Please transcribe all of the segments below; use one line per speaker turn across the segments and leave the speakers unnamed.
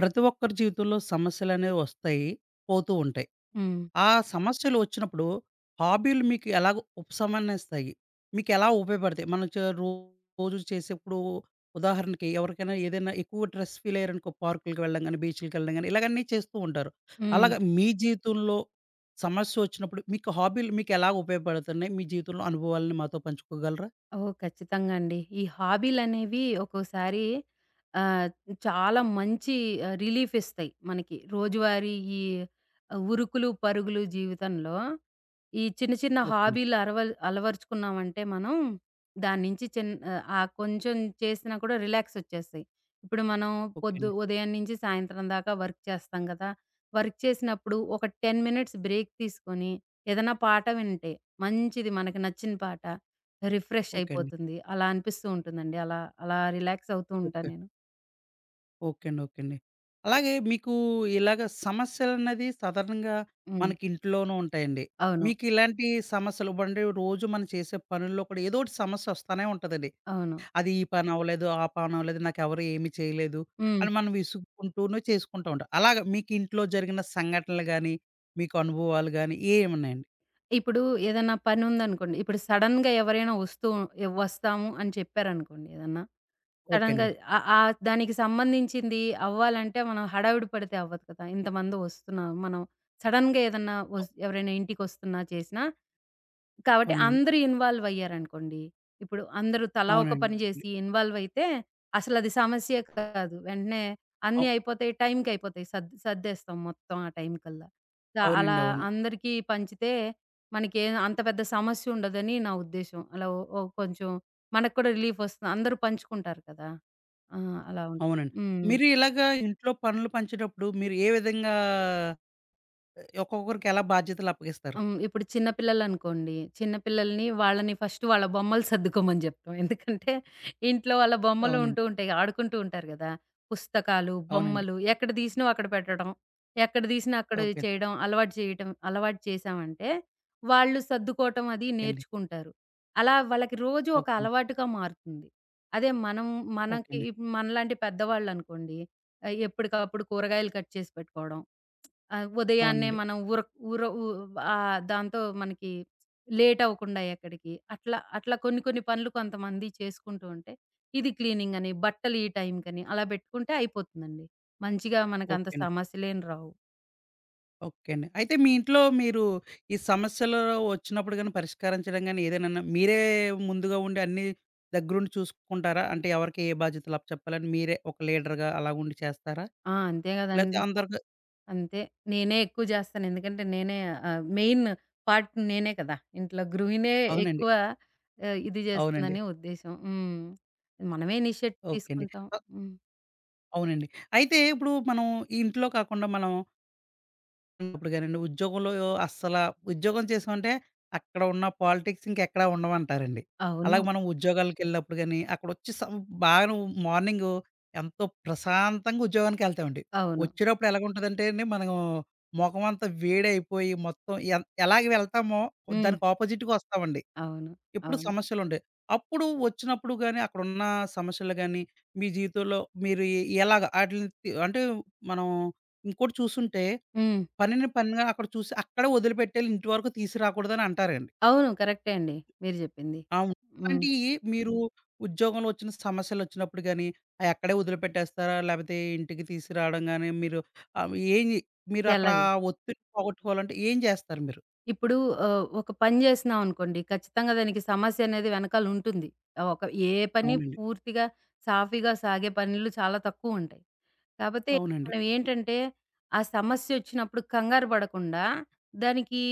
ప్రతి ఒక్కరి జీవితంలో సమస్యలనేవి వస్తాయి, పోతూ ఉంటాయి.
హ్మ్.
ఆ సమస్యలు వచ్చినప్పుడు హాబీలు మీకు ఎలాగ ఉపశమనిస్తాయి? మీకు ఎలా ఉపయోగపడతాయి? మనం రోజు చేసేప్పుడు ఉదాహరణకి ఎవరికైనా ఏదైనా ఎక్కువ స్ట్రెస్ ఫీల్ అయ్యారనుకో పార్కులకి వెళ్ళడం గాని, బీచ్‌లకి వెళ్ళడం గాని ఇలాగ అన్నీ చేస్తూ ఉంటారు.
హ్మ్.
అలాగా మీ జీవితంలో సమస్య వచ్చినప్పుడు మీకు హాబీలు ఎలా ఉపయోగపడుతున్నాయి? మీ జీవితంలో అనుభవాలను మాతో పంచుకోగలరా?
ఓహ్! ఖచ్చితంగా అండి. ఈ హాబీలనేవి ఒక్కోసారి ఆహ్, చాలా మంచి రిలీఫ్ ఇస్తాయి మనకి. రోజువారీ ఈ ఉరుకులు, పరుగులు జీవితంలో ఈ చిన్న చిన్న
ఓకే అండి.
హాబీలు అలవరుచుకున్నామంటే మనం దాని నుంచి ఆ కొంచెం చేసినా కూడా రిలాక్స్ వచ్చేస్తాయి. ఇప్పుడు మనం
ఓకే అండి.
ఉదయం నుంచి సాయంత్రం దాకా వర్క్ చేస్తాం కదా! వర్క్ చేసినప్పుడు ఒక 10 మినిట్స్ బ్రేక్ తీసుకొని ఏదైనా పాట వింటే మంచిది, మనకి నచ్చిన పాట రిఫ్రెష్
ఓకే అండి.
అయిపోతుంది. అలా అనిపిస్తూ ఉంటుందండి. అలా అలా రిలాక్స్ అవుతూ ఉంటా
ఓకే.
నేను.
ఓకే అండి. ఓకే అండి. అలాగే మీకు ఇలాగ సమస్యలన్నది సాధారణంగా
హ్మ్.
మనకి ఇంట్లోనూ ఉంటాయండి.
అవును.
మీకు ఇలాంటి సమస్యలు ఇవ్వండి రోజు మనం చేసే పనుల్లో కూడా ఏదో ఒకటి సమస్య వస్తానే ఉంటదండి.
అవును.
అది ఈ పని అవ్వలేదు, ఆ పని అవ్వలేదు, నాకెవరు ఏమి చేయలేదు
హ్మ్.
అని మనం విసుక్కుంటూనే చేసుకుంటూ ఉంటాం. అలాగ మీకు ఇంట్లో జరిగిన సంఘటనలు గాని, మీకు అనుభవాలు గాని ఏమున్నాయండి?
ఇప్పుడు ఏదన్నా పనుందనుకోండి. ఇప్పుడు సడెన్‌గా ఎవరైనా వస్తూ వస్తాము అని చెప్పారనుకోండి ఏదన్నా.
ఓకే
సడెన్‌గా
అండి.
ఆహ్, ఆహ్, దానికి సంబంధించింది అవ్వాలంటే మనం హడావిడి పడితే అవ్వదు కదా! ఇంతమంది వస్తున్నారు. మనం సడెన్‌గా ఏదన్నా వస్ ఎవరైనా ఇంటికొస్తున్నా చేసినా కాబట్టి
అవునండి.
అందరూ ఇన్వాల్వ్ అయ్యారనుకోండి. ఇప్పుడు అందరూ తలా ఒక పని
అవునండి.
చేసి ఇన్వాల్వ్ అయితే అసలది సమస్యే కాదు. వెంటనే అన్నీ
అవ్
అయిపోతాయి. టైంకయిపోతాయి. సర్దేస్తాం మొత్తం ఆ టైం కల్లా. దా అలా
అవునండి. అవును.
అందరికీ పంచితే మనకి ఏం అంత పెద్ద సమస్య ఉండదని నా ఉద్దేశ్యం. అలా ఓ ఓ కొంచెం మనకు కూడా రిలీఫ్ వస్తుంది. అందరూ పంచుకుంటారు కదా! ఆ! అలా ఉం
అవునండి.
హ్మ్.
మీరు ఇలాగ ఇంట్లో పనులు పంచేటప్పుడు మీరు ఏ విధంగా ఒక్కొక్కరికి ఎలా బాధ్యతలు అప్పగిస్తారు.
హ్మ్. ఇప్పుడు చిన్న పిల్లలనుకోండి. చిన్న పిల్లల్ని వాళ్ళని ఫస్ట్ వాళ్ళ బొమ్మలు సర్దుకోమని జెప్తాం. ఎందుకంటే ఇంట్లో వాళ్ళ బొమ్మలు
అవునండి.
ఉంటూ ఉంటాయి. ఆడుకుంటూ ఉంటారు గదా! పుస్తకాలు,
అవునండి.
బొమ్మలు ఎక్కడ దీసినవి అక్కడ పెట్టడం. ఎక్కడ దీసినా అక్కడ
ఓకే.
చేయడం అలవాటు చేయటం. అలవాటు చేశామంటే వాళ్ళు సర్దుకోవటం అది
ఓకే అండి.
నేర్చుకుంటారు. అలా వాళ్ళకి రోజు ఒక
ఓకే అండి.
అలవాటుగా మారుతుంది. అదే మనం
ఓకే
మనకి
అండి.
మనలాంటి పెద్దవాళ్ళనుకోండి, ఎప్పటికప్పుడు కూరగాయలు కట్ చేసి పెట్టుకోవడం. ఆ! ఉదయాన్నే
అవునండి.
మనం ఊర ఊర ఊ ఆహ్, దాంతో మనకి లేట్ అవ్వకుండా ఎక్కడికి, అట్లా అట్లా కొన్ని కొన్ని పనులు కొంతమంది చేసుకుంటూ ఉంటే, ఇది క్లీనింగ్ అని, బట్టలు ఈ టైంకని అలా పెట్టుకుంటే అయిపోతుందండి. మంచిగా మనకంత
ఓకే అండి.
సమస్యలేం రావు.
ఓకే అండి. అయితే మీ ఇంట్లో మీరు ఈ సమస్యలు వచ్చినప్పుడు గాని పరిష్కరించడం గాని ఏదైనా మీరే ముందుగా ఉండి అన్నీ దగ్గరుండి చూసుకుంటారా? అంటే ఎవరికి ఏ బాధ్యతలు అప్పచెప్పాలని మీరే ఒక లీడర్‌గా అలాగుండి చేస్తారా?
ఆ! అంతే
లేతే
గదండీ.
అందరికి
అంతే. నేనే ఎక్కువ జేస్తాను. ఎందుకంటే నేనే మెయిన్ పార్ట్ నేనే కదా! ఇంట్లో గృహిణే
అవునండి.
ఎక్కువ ఇది
అవునండి.
జేస్తుందని ఉద్దేశ్యం. హ్మ్. మనమే ఇనిషియేట్
ఓకే అండి.
తీసుకుంటాం.
అ
హ్మ్.
అవునండి. అయితే ఇప్పుడు మనం ఈ ఇంట్లో కాకుండా మనం ఇప్పుడు గానండి ఉద్యోగంలో అస్సల ఉద్యోగం చేసామంటే అక్కడ ఉన్న పాలిటిక్స్ ఇంకెక్కడా ఉండవంటారండి.
అవును.
అలాగే మనం ఉద్యోగాలకెళ్ళినప్పుడు గాని, అక్కడొచ్చి సం బాగా మార్నింగు ఎంతో ప్రశాంతంగా ఉద్యోగానికెళ్తామండి.
అవును.
వచ్చేటప్పుడు ఎలాగుంటదంటే అండి, మనం మొఖమంతా వేడైపోయి మొత్తం ఎలాగ వెళ్తామో
హ్మ్.
దానికి ఆపోజిట్‌గా ఒస్తామండి.
అవును.
ఎప్పుడు
అవును.
సమస్యలుంటాయి. అప్పుడు వచ్చినప్పుడు గాని, అక్కడున్న సమస్యలు గాని, మీ జీవితంలో మీరు ఎలాగ ఆటిలిని అంటే మనం ఇంకోటి చూసుంటే
హ్మ్.
పనిని పనిగా అక్కడ చూసి అక్కడే వదిలిపెట్టేళ్ళి ఇంటి వరకు తీసుకురాకూడదని అంటారండి.
అవును. కరెక్టే అండి. మీరు జెప్పింది.
అవును.
హ్మ్.
అలాంటియి మీరు ఉద్యోగంలో వచ్చిన సమస్యలొచ్చినప్పుడు గాని, అయక్కడే వదిలిపెట్టేస్తారా? లేపోతే ఇంటికి తీసుకురావడం గాని మీరు ఆహ్, ఏయి మీరు అక్కడ
ఎలా జే
ఒత్తిడిని పోగొట్టుకోవాలంటే ఏం జేస్తారు మీరు?
ఇప్పుడు ఒక పని జేస్తున్నాం అనుకోండి, ఖచ్చితంగా దానికి సమస్య అనేది వెనకాల ఉంటుంది. ఆ, ఒక ఏ పని
అవునండి.
పూర్తిగా సాఫీగా సాగే పనులు చాలా తక్కువుంటాయి. కాపోతే
అవునండి.
మనం ఏంటంటే, ఆ సమస్యొచ్చినప్పుడు కంగారు పడకుండా, దానికి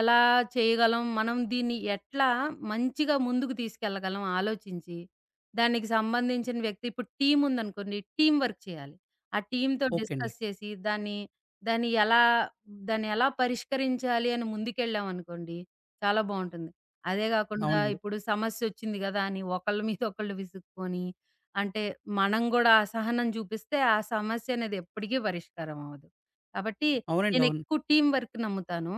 ఎలా చేయగలం, మనం దీన్ని ఎట్లా మంచిగా ముందుకు తీసుకెళ్ళగలం ఆలోచించి, దానికి సంబంధించిన వ్యక్తి ఇప్పుడు టీముందనుకోండి, టీమ్ వర్క్ చేయాలి. ఆ టీమ్‌తో
ఓకే అండి.
డిస్కస్ చేసి దాన్ని దాన్ని ఎలా దాన్ని ఎలా పరిష్కరించాలి అని ముందుకెళ్ళామనుకోండి, చాలా బావుంటుంది. అదే గాకుండా హ్మ్.
అవునండి.
ఇప్పుడు సమస్యొచ్చింది గదా! అని ఒకళ్ళ మీద ఒకళ్ళు విసుక్కొని, అంటే మనం గూడా అసహనం చూపిస్తే ఆ సమస్య అనేది ఎప్పటికీ పరిష్కారం అవ్వదు. కాబట్టి
అవునండి. అవును.
నేనెక్కువ టీమ్ వర్క్ నమ్ముతాను.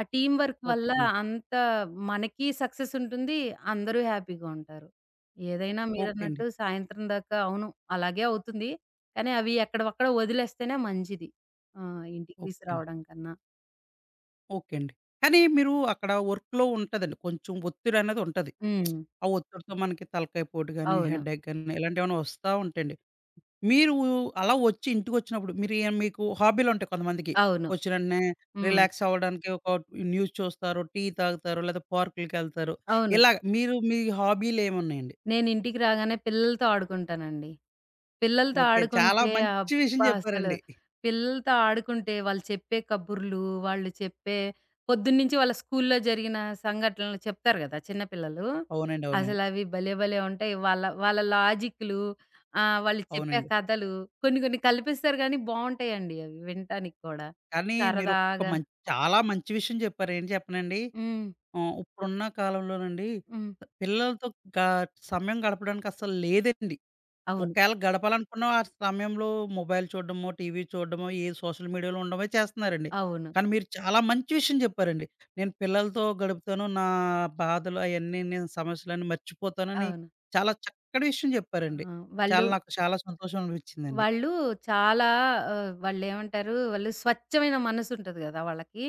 ఆ టీమ్ వర్క్
ఓకే
వల్ల
అండి.
అంత మనకి సక్సెస్ ఉంటుంది. అందరూ హ్యాపీగా ఉంటారు. ఏదైనా
ఓకే అండి.
మీరన్నట్టు సాయంత్రం దాకా అవును అలాగే అవుతుంది. కానీ అవి ఎక్కడివక్కడ వదిలేస్తేనే మంచిది. ఆ! ఇంటికి
ఓకే అండి.
తీసురావడం కన్నా.
ఓకే అండి. కానీ మీరు అక్కడ వర్క్‌లో ఉంటదండి. కొంచెం ఒత్తిడనేది ఉంటది.
హ్మ్.
ఆ ఒత్తిడితో మనకి తలకాయ పోటు గాని,
అవును.
హెడేక్ గాని ఇలాంటియేమైనా వస్తా ఉంటాయండి. మీరు అలా వచ్చి ఇంటికొచ్చినప్పుడు మీరు ఏ మీకు హాబీలుంటాయి కొంతమందికి.
అవును.
వచ్చిన వెంటనే
హ్మ్.
రిలాక్స్ అవ్వడానికి ఒక న్యూస్ చూస్తారు, టీ తాగుతారు, లేదా పార్కులకెళ్తారు.
అవును.
ఇలాగ మీరు మీ హాబీలేమున్నాయండి?
నేనింటికి రాగానే పిల్లలతో ఆడుకుంటానండి. పిల్లలతో
ఓకే. చాలా
ఆడుకుంటే
మంచి విషయం
అబ్బా! అసలు
చెప్పారండి.
పిల్లలతో ఆడుకుంటే వాళ్ళు చెప్పే కబుర్లు, వాళ్ళు చెప్పే పొద్దున్నుంచి వాళ్ళ స్కూల్లో జరిగిన సంఘటనలు చెప్తారు గదా! చిన్న పిల్లలు.
అవునండి. అవునండి.
అసలవి భలే భలే ఉంటాయి. వాళ్ళ వాళ్ళ లాజిక్‌లు, వాళ్ళు చెప్పే
అవునండి.
కథలు కొన్ని కొన్ని కల్పిస్తారు గానీ బావుంటాయండి అవి వినటానికి కూడా.
కానీ మీరొక
సరదాగా.
మంచి చాలా మంచి విషయం చెప్పారు. ఏంటి చెప్పనండి?
హ్మ్.
ఇప్పుడున్న కాలంలోనండి
హ్మ్.
పిల్లలతో గా సమయం గడపడానికి అస్సలు లేదండి.
అవును.
ఒకవేళ గడపాలనుకున్న ఆ సమయంలో మొబైల్ చూడడమో, టీవీ చూడడమో, ఏ సోషల్ మీడియాలో ఉండడమో చేస్తున్నారండి.
అవును.
కానీ మీరు చాలా మంచి విషయం చెప్పారండి. నేను పిల్లలతో గడుపుతాను. నా బాధలు అయన్నీ నేను సమస్యలన్నీ మర్చిపోతానని
అవును.
చాలా చక్కటి విషయం
ఆ!
చెప్పారండి.
వాళ్ళు,
చాలా నాకు చాలా సంతోషం అనిపించిందండి.
వాళ్ళు చాలా వాళ్ళేమంటారు, వాళ్ళు స్వచ్ఛమైన మనసుంటది గదా! వాళ్ళకి.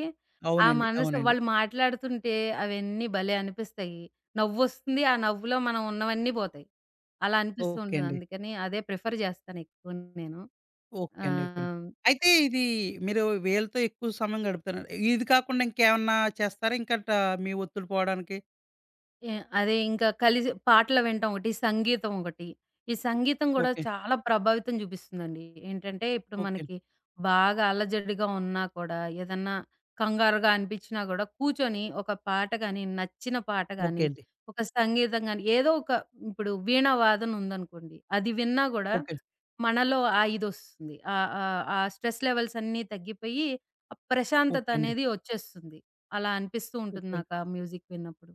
ఆ
అవునండి.
మనసు
అవునండి.
వాళ్ళు మాట్లాడుతుంటే అవన్నీ భలే అనిపిస్తాయి. నవ్వొస్తుంది. ఆ నవ్వులో మనం ఉన్నవన్నీ పోతాయి. అలా అనిపిస్తూ
ఓకే
ఉంటుంది.
అండి.
అందుకని అదే ప్రిఫర్ జేస్తానెక్కువ నేను.
ఓకే అండి. ఓకే అండి.
ఆహ్
అయితే ఇది మీరు వీళ్ళతో ఎక్కువ సమయం గడుపుతారండి. ఇది కాకుండా ఇంకేమన్నా చేస్తారా? ఇంకా ట మీ ఒత్తిడి పోవడానికి?
ఏ అదే ఇంకా కలిసి పాటలు వినటం ఒకటి, సంగీతం ఒకటి. ఈ సంగీతం గూడా
ఓకే.
చాలా ప్రభావితం చూపిస్తుందండి. ఏంటంటే, ఇప్పుడు
ఓకే.
మనకి బాగా అలజడిగా ఉన్నా కూడా, ఏదన్నా కంగారుగా అనిపించినా గూడా కూర్చొని ఒక పాట గాని, నచ్చిన పాట
ఓకే
గాని,
అండి.
ఒక సంగీతం గాని, ఏదో ఒక ఇప్పుడు వీణ వాదన ఉందనుకోండి, అది విన్నా గూడా
ఓకే.
మనలో ఆ ఇదొస్తుంది. ఆహ్, ఆహ్, ఆ స్ట్రెస్ లెవెల్స్ అన్నీ తగ్గిపోయి, ఆ ప్రశాంతత
ఓకే అండి.
అనేది వచ్చేస్తుంది. అలా అనిపిస్తూ ఉంటుంది
ఓకే.
నాకు ఆ మ్యూజిక్ విన్నప్పుడు.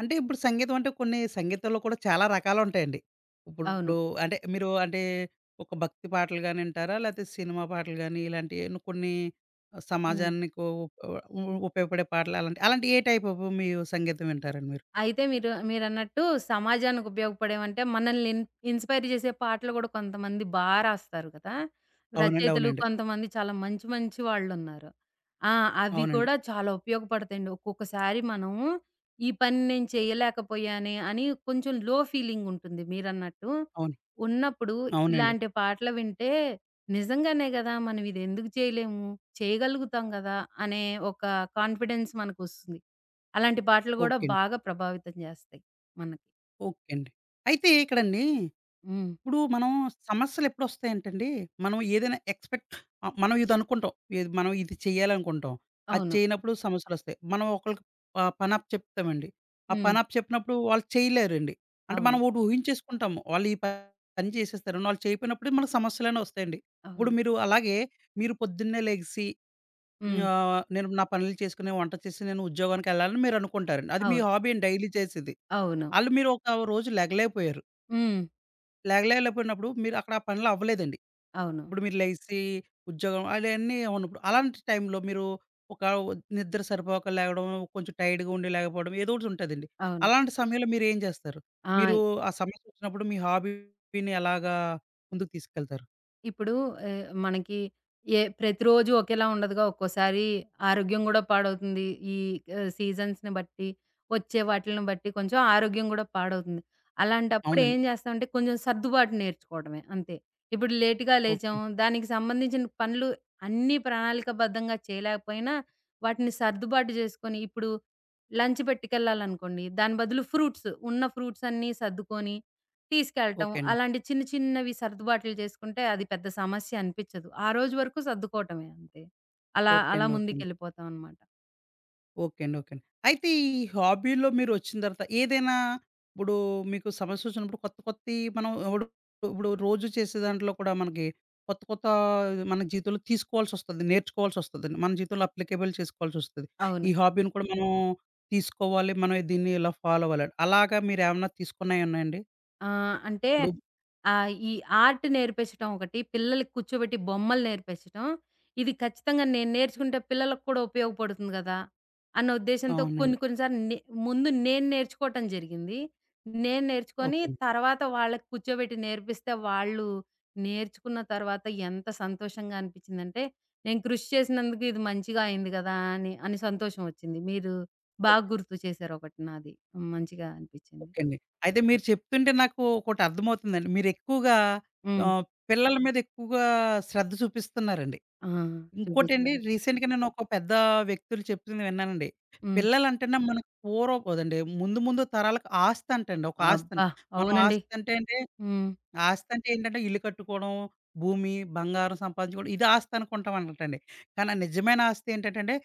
అంటే ఇప్పుడు సంగీతం అంటే కొన్ని సంగీతంలో కూడా చాలా రకాలుంటాయండి.
అవును.
ఇప్పుడు అంటే మీరు ఒక భక్తి పాటలు గాని వింటారా? లేతే సినిమా పాటలు గాని ఇలాంటియి ను కొన్ని
అవును.
సమాజానికో ఉ ఉ ఉపయోగపడే పాటలు అలాంటి అలాంటి ఏ టైప్ ఆఫ్ మీ సంగీతం వింటారండి మీరు?
అయితే మీరు మీరన్నట్టు సమాజానికి ఉపయోగపడేవంటే మనల్ని ఇన్‌స్పైర్ చేసే పాటలు గూడా కొంతమంది రాస్తారు కదా!
అవునండి.
రచయితలు
అవునండి.
కొంతమంది చాలా మంచి మంచి వాళ్ళున్నారు. ఆ! అవి
అవునండి.
కూడా చాలా ఉపయోగపడతాయండి. ఒక్కొక్కసారి మనం ఈ పని నేను చేయలేకపోయానే అని కొంచెం లో ఫీలింగ్ ఉంటుంది మీరన్నట్టు.
అవును.
ఉన్నప్పుడు
అవునండి.
ఇలాంటి పాటలు వింటే నిజంగానే గదా! మనం ఇది ఎందుకు చేయలేము, చేయగలుగుతాం గదా! అనే ఒక కాన్ఫిడెన్స్ మనకొస్తుంది. అలాంటి పాటలు గూడా
ఓకే అండి.
బాగా ప్రభావితం జేస్తాయి మనకి.
ఓకే అండి. అయితే ఇక్కడండి
హ్మ్.
ఇప్పుడు మనం సమస్యలెప్పుడొస్తాయంటండి, మనం ఏదైనా ఎక్స్‌పెక్ట్ మనం ఇదనుకుంటాం. ఏది మనం ఇది చేయాలనుకుంటాం. అది
అవును.
చేయనప్పుడు సమస్యలొస్తాయి. మనం ఒకళ్ళకి పని అప్పచెప్తామండి. ఆ
హ్మ్.
పని అప్పచెప్పినప్పుడు వాళ్ళు చేయలేరండి. అంటే
అవును.
మనం ఒకటి ఊహించేసుకుంటాము. వాళ్ళు పని చేసేస్తారని. వాళ్ళు చేయపోయినప్పుడు మనకు సమస్యలనేవి వస్తాయండి. ఇప్పుడు
అవును.
మీరు అలాగే మీరు పొద్దున్నే లెగిసి
హ్మ్.
నేను నా పనులు చేసుకొని, వంట చేసి నేను ఉద్యోగానికెళ్ళాలని మీరనుకుంటారండి. అది మీ
అవును.
హాబీ అండి డైలీ చేసేది.
అవును.
ఆళ్ళు మీరు ఒక రోజు లెగలేకపోయారు.
హ్మ్.
లేగలేకపోయినప్పుడు మీరు అక్కడ ఆ పనులు అవ్వలేదండి.
అవును.
ఇప్పుడు మీరు లెగిసి ఉద్యోగం అయన్నీ ఉన్నప్పుడు. అలాంటి టైంలో మీరు ఒక నిద్ర సరిపోక లేగడం, కొంచెం టైర్డ్‌గా ఉండి లేకపోవడం ఏదో ఒకటి ఉంటదండి.
అవును.
అలాంటి సమయంలో మీరేం చేస్తారు?
ఆ!
మీరు ఆ సమస్య వచ్చినప్పుడు మీ హాబీని ఎలాగా ముందుకు తీసుకెళ్తారు?
ఇప్పుడు మనకి ప్రతిరోజు ఒకేలా ఉండదుగా. ఒక్కోసారి ఆరోగ్యం గూడా పాడవుతుంది. ఈ సీజన్స్‌ని బట్టి, వచ్చే వాటిలిని బట్టి కొంచెం ఆరోగ్యం గూడా పాడవుతుంది. అలాంటప్పుడు ఏం
అవునండి.
చేస్తామంటే కొంచెం సర్దుబాటు నేర్చుకోవడమే అంతే. ఇప్పుడు లేట్‌గా లేచాం.
ఓకే.
దానికి సంబంధించిన పనులు అన్నీ ప్రణాళికబద్ధంగా చేయలేకపోయినా వాటిని సర్దుబాటు చేసుకొని ఇప్పుడు లంచ్ పెట్టుకెళ్ళాలనుకోండి. దాని బదులు ఫ్రూట్స్ అన్నీ సర్దుకొని తీసుకెళ్ళటం.
ఓకే అండి.
అలాంటి చిన్న చిన్నవి సర్దుబాట్లు చేసుకుంటే అది పెద్ద సమస్య అనిపిచ్చదు. ఆ రోజు వరకు సర్దుకోవటమే అంతే. అలా
ఓకే
అలా
అండి. ఓకే అండి.
ముందుకెళ్ళిపోతామనమాట.
ఓకే అండి. ఓకే అండి. అయితే ఈ హాబీలో మీరొచ్చిన తర్వాత ఏదైనా ఇప్పుడు మీకు సమస్యొచ్చినప్పుడు కొత్త కొత్తయి మనం ఇప్పుడు ఇప్పుడు రోజు చేసే దాంట్లో కూడా మనకి కొత్త కొత్త మన జీవితంలో తీసుకోవాల్సొస్తది. నేర్చుకోవాల్సొస్తదండి. మన జీవితంలో అప్లికేబుల్ చేసుకోవాల్సొస్తది.
అవును.
ఈ హాబీని కూడా మనం తీసుకోవాలి. మనం దీన్ని ఇలా ఫాలో అవ్వాలని. అలాగా మీరేమన్నా తీసుకున్నయున్నాయండి?
ఆ! అంటే
ఇప్పుడు
ఆహ్, ఈ ఆర్ట్ నేర్పించటం ఒకటి, పిల్లలకి కూర్చోబెట్టి బొమ్మలు నేర్పించటం. ఇది ఖచ్చితంగా నేను నేర్చుకుంటే పిల్లలకు కూడా ఉపయోగపడుతుంది గదా! అన్న ఉద్దేశ్యంతో కొన్ని
అవునండి.
కొన్ని సార్లు ముందు నేను నేర్చుకోవటం జరిగింది. నేను నేర్చుకొని
ఓకే అండి.
తర్వాత వాళ్ళకి కూర్చోబెట్టి నేర్పిస్తే వాళ్ళు నేర్చుకున్న తర్వాత ఎంత సంతోషంగా అనిపించిందంటే, నేను కృషి చేసినందుకు ఇది మంచిగా అయింది గదా! అని అని సంతోషం వచ్చింది. మీరు బాగా
ఓకే.
గుర్తు చేశారు ఒకటి నాది. మంచిగా అనిపించింది.
ఓకే అండి. అయితే మీరు చెప్తుంటే నాకు ఒకటర్థమవుతుందండి. మీరెక్కువగా
హ్మ్.
ఆహ్, పిల్లల మీద ఎక్కువగా శ్రద్ధ చూపిస్తున్నారండి.
ఆ!
ఇంకోటండి
చూపించాలి.
హ్మ్. రీసెంట్‌గా నేను ఒక పెద్ద వ్యక్తులు చెప్తుంది విన్నానండి.
హ్మ్.
పిల్లలంటేనే మనకు పూర్వపుదండి ముందు ముందు తరాలకు ఆస్తి అంటండి. ఒక ఆస్తి అండి.
అబ్బా!
మనం
అవునండి.
ఆస్తి అంటే అంటే
హ్మ్.
ఆస్తి అంటే ఏంటంటే ఇల్లు కట్టుకోవడం, భూమి, బంగారం సంపాదించుకోవడం ఇది ఆస్తి అనుకుంటాం అనటండి. కానీ నిజమైన ఆస్తి ఏంటంటే అండి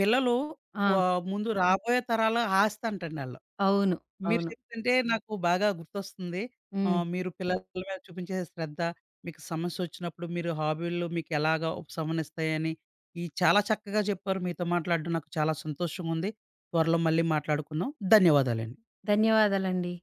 పిల్లలు
ఆ!
ముందు రాబోయే తరాల ఆస్తి అంటండి ఆళ్ళు.
అవును.
మీరు
అవును.
చెప్తుంటే నాకు బాగా గుర్తొస్తుంది.
హ్మ్.
మీరు పిల్లల మీద చూపించే శ్రద్ధ, మీకు సమస్యొచ్చినప్పుడు మీరు హాబీలు మీకెలాగా ఉపశమనిస్తాయని, ఇయి చాలా చక్కగా చెప్పారు. మీతో మాట్లాడడం నాకు చాలా సంతోషంగుంది. త్వరలో మళ్ళీ మాట్లాడుకుందాం. ధన్యవాదాలండి.
ధన్యవాదాలండి.